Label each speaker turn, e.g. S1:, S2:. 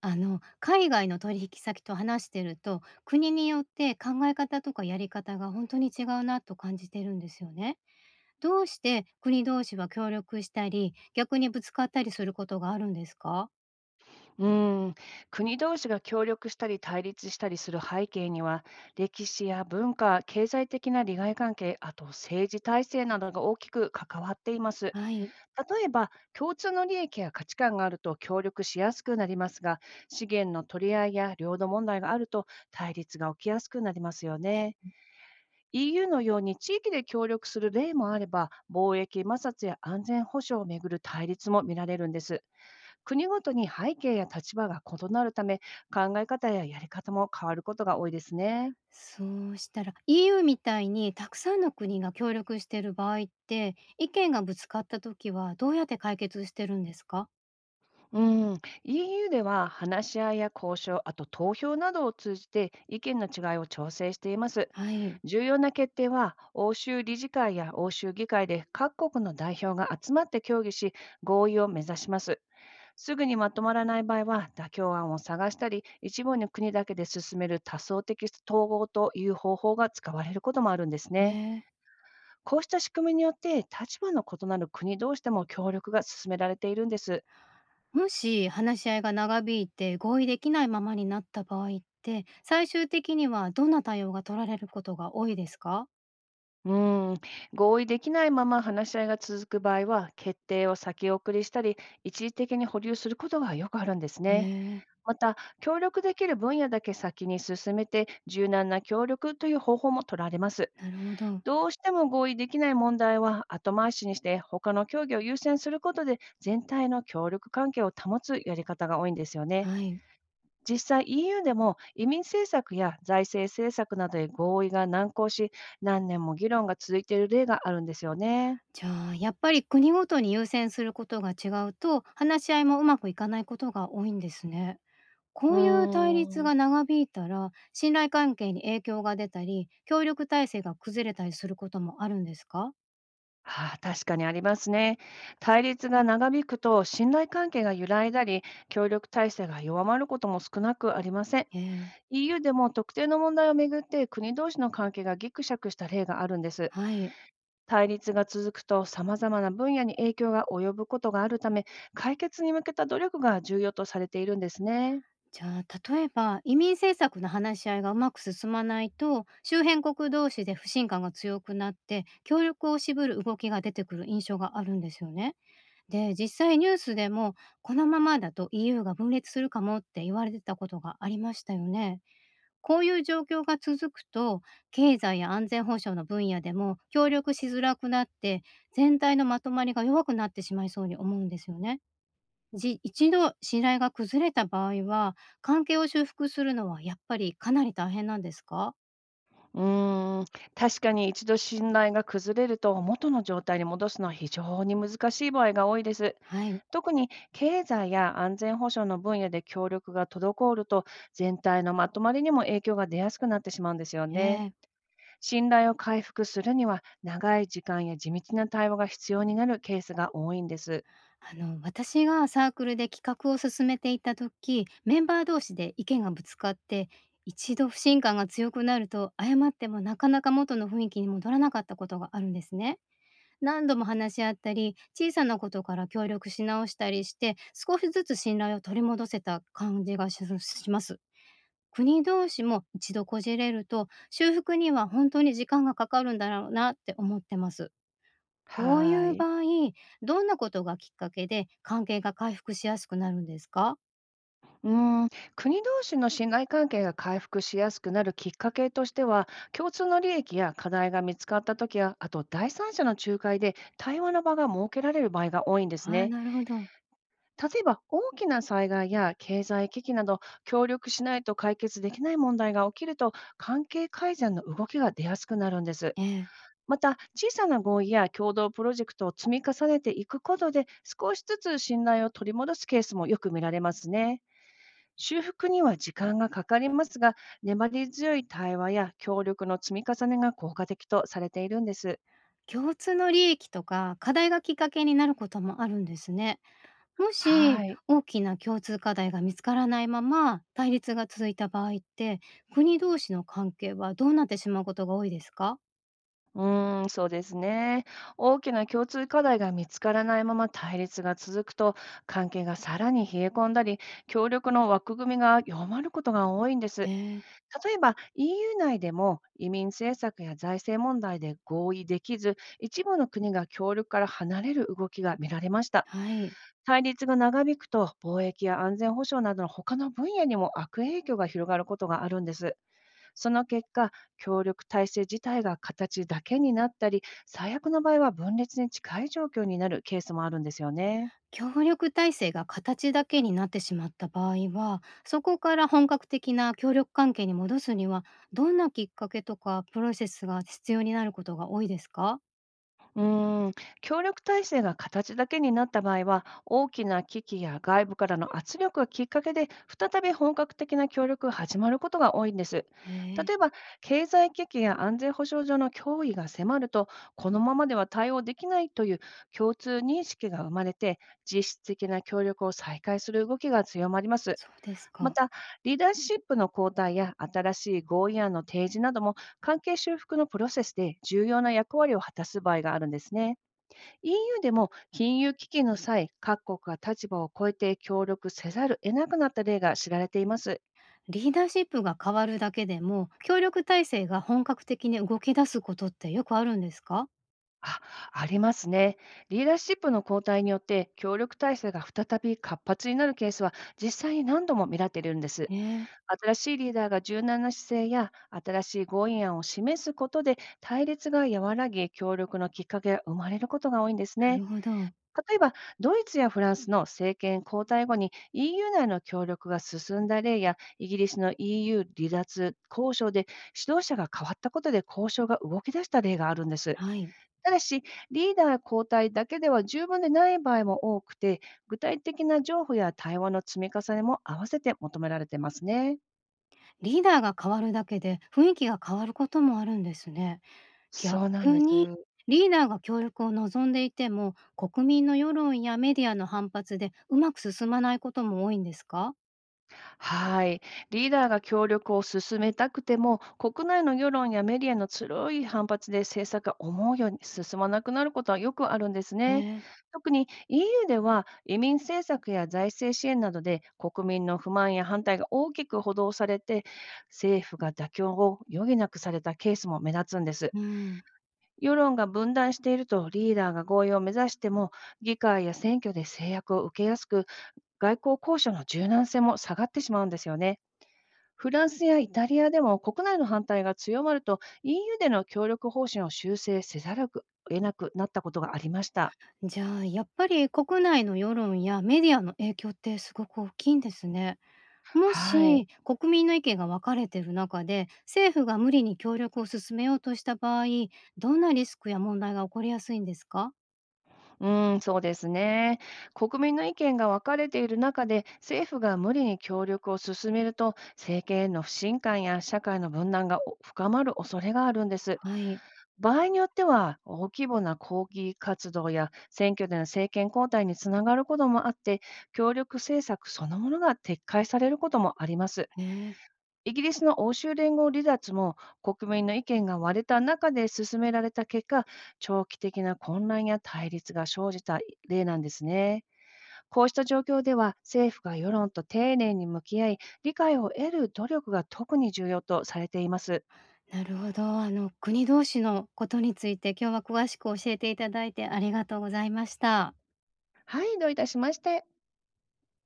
S1: 海外の取引先と話してると国によって考え方とかやり方が本当に違うなと感じてるんですよね。どうして国同士は協力したり逆にぶつかったりすることがあるんですか？
S2: うーん、国同士が協力したり対立したりする背景には、歴史や文化、経済的な利害関係、あと政治体制などが大きく関わっています。
S1: はい。
S2: 例えば、共通の利益や価値観があると協力しやすくなりますが、資源の取り合いや領土問題があると対立が起きやすくなりますよね。EU のように地域で協力する例もあれば、貿易摩擦や安全保障をめぐる対立も見られるんです。国ごとに背景や立場が異なるため、考え方ややり方も変わることが多いですね。
S1: そうしたら EU みたいにたくさんの国が協力している場合って意見がぶつかった時はどうやって解決してるんですか？
S2: うん、EU では話し合いや交渉、あと投票などを通じて意見の違いを調整しています。
S1: はい。
S2: 重要な決定は欧州理事会や欧州議会で各国の代表が集まって協議し、合意を目指します。すぐにまとまらない場合は妥協案を探したり、一部の国だけで進める多層的統合という方法が使われることもあるんですね。
S1: ねえ。
S2: こうした仕組みによって、立場の異なる国同士でも協力が進められているんです。
S1: もし話し合いが長引いて合意できないままになった場合って、最終的にはどんな対応が取られることが多いですか？
S2: うーん、合意できないまま話し合いが続く場合は、決定を先送りしたり、一時的に保留することがよくあるんですね。
S1: ね
S2: また、協力できる分野だけ先に進めて、柔軟な協力という方法も取られます。
S1: え。なるほど。
S2: どうしても合意できない問題は後回しにして、他の協議を優先することで、全体の協力関係を保つやり方が多いんですよね。
S1: はい。
S2: 実際 EU でも移民政策や財政政策などで合意が難航し、何年も議論が続いている例があるんですよね。
S1: じゃあ、やっぱり国ごとに優先することが違うと、話し合いもうまくいかないことが多いんですね。
S2: う
S1: こういう対立
S2: ーん。
S1: が長引いたら、信頼関係に影響が出たり、協力体制が崩れたりすることもあるんですか？
S2: はあ、確かにありますね。対立が長引くと信頼関係が揺らいだり、協力体制が弱まることも少なくありません。
S1: ええ。
S2: EU でも特定の問題をめぐって国同士の関係がギクシャクした例があるんです。
S1: はい。
S2: 対立が続くと様々な分野に影響が及ぶことがあるため、解決に向けた努力が重要とされているんですね。
S1: じゃあ、例えば移民政策の話し合いがうまく進まないと、周辺国同士で不信感が強くなって、協力を渋る動きが出てくる印象があるんですよね。で、実際ニュースでも、このままだと EU が分裂するかもって言われてたことがありましたよね。こういう状況が続くと、経済や安全保障の分野でも協力しづらくなって、全体のまとまりが弱くなってしまいそうに思うんですよね。一度信頼が崩れた場合は、関係を修復するのはやっぱりかなり大変なんですか？
S2: うーん、確かに一度信頼が崩れると元の状態に戻すのは非常に難しい場合が多いです。
S1: はい。
S2: 特に経済や安全保障の分野で協力が滞ると全体のまとまりにも影響が出やすくなってしまうんですよね。
S1: ええ。
S2: 信頼を回復するには長い時間や地道な対話が必要になるケースが多いんです。
S1: 私がサークルで企画を進めていた時、メンバー同士で意見がぶつかって、一度不信感が強くなると、謝ってもなかなか元の雰囲気に戻らなかったことがあるんですね。何度も話し合ったり、小さなことから協力し直したりして、少しずつ信頼を取り戻せた感じがします。国同士も一度こじれると、修復には本当に時間がかかるんだろうなって思ってます。こうい
S2: はー
S1: う
S2: い。
S1: 場合、どんなことがきっかけで関係が回復しやすくなるんですか？
S2: うーん、国同士の信頼関係が回復しやすくなるきっかけとしては、共通の利益や課題が見つかったときや、あと第三者の仲介で対話の場が設けられる場合が多いんです
S1: ああー、
S2: ね。
S1: なるほど。
S2: 例えば、大きな災害や経済危機など、協力しないと解決できない問題が起きると、関係改善の動きが出やすくなるんです。
S1: ええ。
S2: また、小さな合意や共同プロジェクトを積み重ねていくことで、少しずつ信頼を取り戻すケースもよく見られますね。修復には時間がかかりますが、粘り強い対話や協力の積み重ねが効果的とされているんです。
S1: 共通の利益とか課題がきっかけになることもあるんですね。もし
S2: はい。
S1: 大きな共通課題が見つからないまま対立が続いた場合って、国同士の関係はどうなってしまうことが多いですか？
S2: うーん、そうですね。大きな共通課題が見つからないまま対立が続くと、関係がさらに冷え込んだり、協力の枠組みが弱まることが多いんで
S1: え
S2: す。
S1: え、
S2: 例えば EU 内でも移民政策や財政問題で合意できず、一部の国が協力から離れる動きが見られました。
S1: はい。
S2: 対立が長引くと、貿易や安全保障などの他の分野にも悪影響が広がることがあるんです。その結果、協力体制自体が形だけになったり、最悪の場合は分裂に近い状況になるケースもあるんですよね。
S1: 協力体制が形だけになってしまった場合は、そこから本格的な協力関係に戻すには、どんなきっかけとかプロセスが必要になることが多いですか？
S2: うーん、協力体制が形だけになった場合は、大きな危機や外部からの圧力がきっかけで、再び本格的な協力が始まることが多いんです。
S1: へえ、
S2: 例えば、経済危機や安全保障上の脅威が迫ると、このままでは対応できないという共通認識が生まれて、実質的な協力を再開する動きが強まります。
S1: そうです
S2: ま
S1: か。
S2: た、リーダーシップの交代や新しい合意案の提示なども関係修復のプロセスで重要な役割を果たす場合があるんですね。EU でも金融危機の際、各国が立場を超えて協力せざるを得なくなった例が知られています。
S1: リーダーシップが変わるだけでも、協力体制が本格的に動き出すことってよくあるんですか？
S2: あ、ありますね。リーダーシップの交代によって協力体制が再び活発になるケースは実際に何度も見られているんです。
S1: へえ、
S2: 新しいリーダーが柔軟な姿勢や新しい合意案を示すことで対立が和らぎ、協力のきっかけが生まれることが多いんです
S1: なる
S2: ね。
S1: ほど。
S2: 例えば、ドイツやフランスの政権交代後に EU 内の協力が進んだ例や、イギリスの EU 離脱交渉で指導者が変わったことで交渉が動き出した例があるんです。
S1: はい。
S2: ただし、リーダー交代だけでは十分でない場合も多くて、具体的な譲歩や対話の積み重ねも合わせて求められてますね。
S1: リーダーが変わるだけで、雰囲気が変わることもあるんですね。
S2: そうなん
S1: 逆
S2: です。
S1: に、リーダーが協力を望んでいても、国民の世論やメディアの反発でうまく進まないことも多いんですか？
S2: はい。リーダーが協力を進めたくても、国内の世論やメディアの強い反発で政策が思うように進まなくなることはよくあるんです
S1: へ
S2: ね。
S1: え。
S2: 特に EU では移民政策や財政支援などで国民の不満や反対が大きく補導されて、政府が妥協を余儀なくされたケースも目立つんです。
S1: うん。
S2: 世論が分断しているとリーダーが合意を目指しても議会や選挙で制約を受けやすく外交交渉の柔軟性も下がってしまうんですよね。フランスやイタリアでも国内の反対が強まると EU での協力方針を修正せざるを得なくなったことがありました。
S1: じゃあ、やっぱり国内の世論やメディアの影響ってすごく大きいんですね。も
S2: はい。
S1: し国民の意見が分かれている中で、政府が無理に協力を進めようとした場合、どんなリスクや問題が起こりやすいんですか？
S2: うん、そうですね。国民の意見が分かれている中で政府が無理に協力を進めると政権への不信感や社会の分断がお深まる恐れがあるんです。
S1: はい。
S2: 場合によっては、大規模な抗議活動や選挙での政権交代につながることもあって、協力政策そのものが撤回されることもあります。
S1: へえ。
S2: イギリスの欧州連合離脱も国民の意見が割れた中で進められた結果、長期的な混乱や対立が生じた例なんですね。こうした状況では政府が世論と丁寧に向き合い、理解を得る努力が特に重要とされています。
S1: なるほど。国同士のことについて、今日は詳しく教えていただいてありがとうございました。
S2: はい、どういたしまして。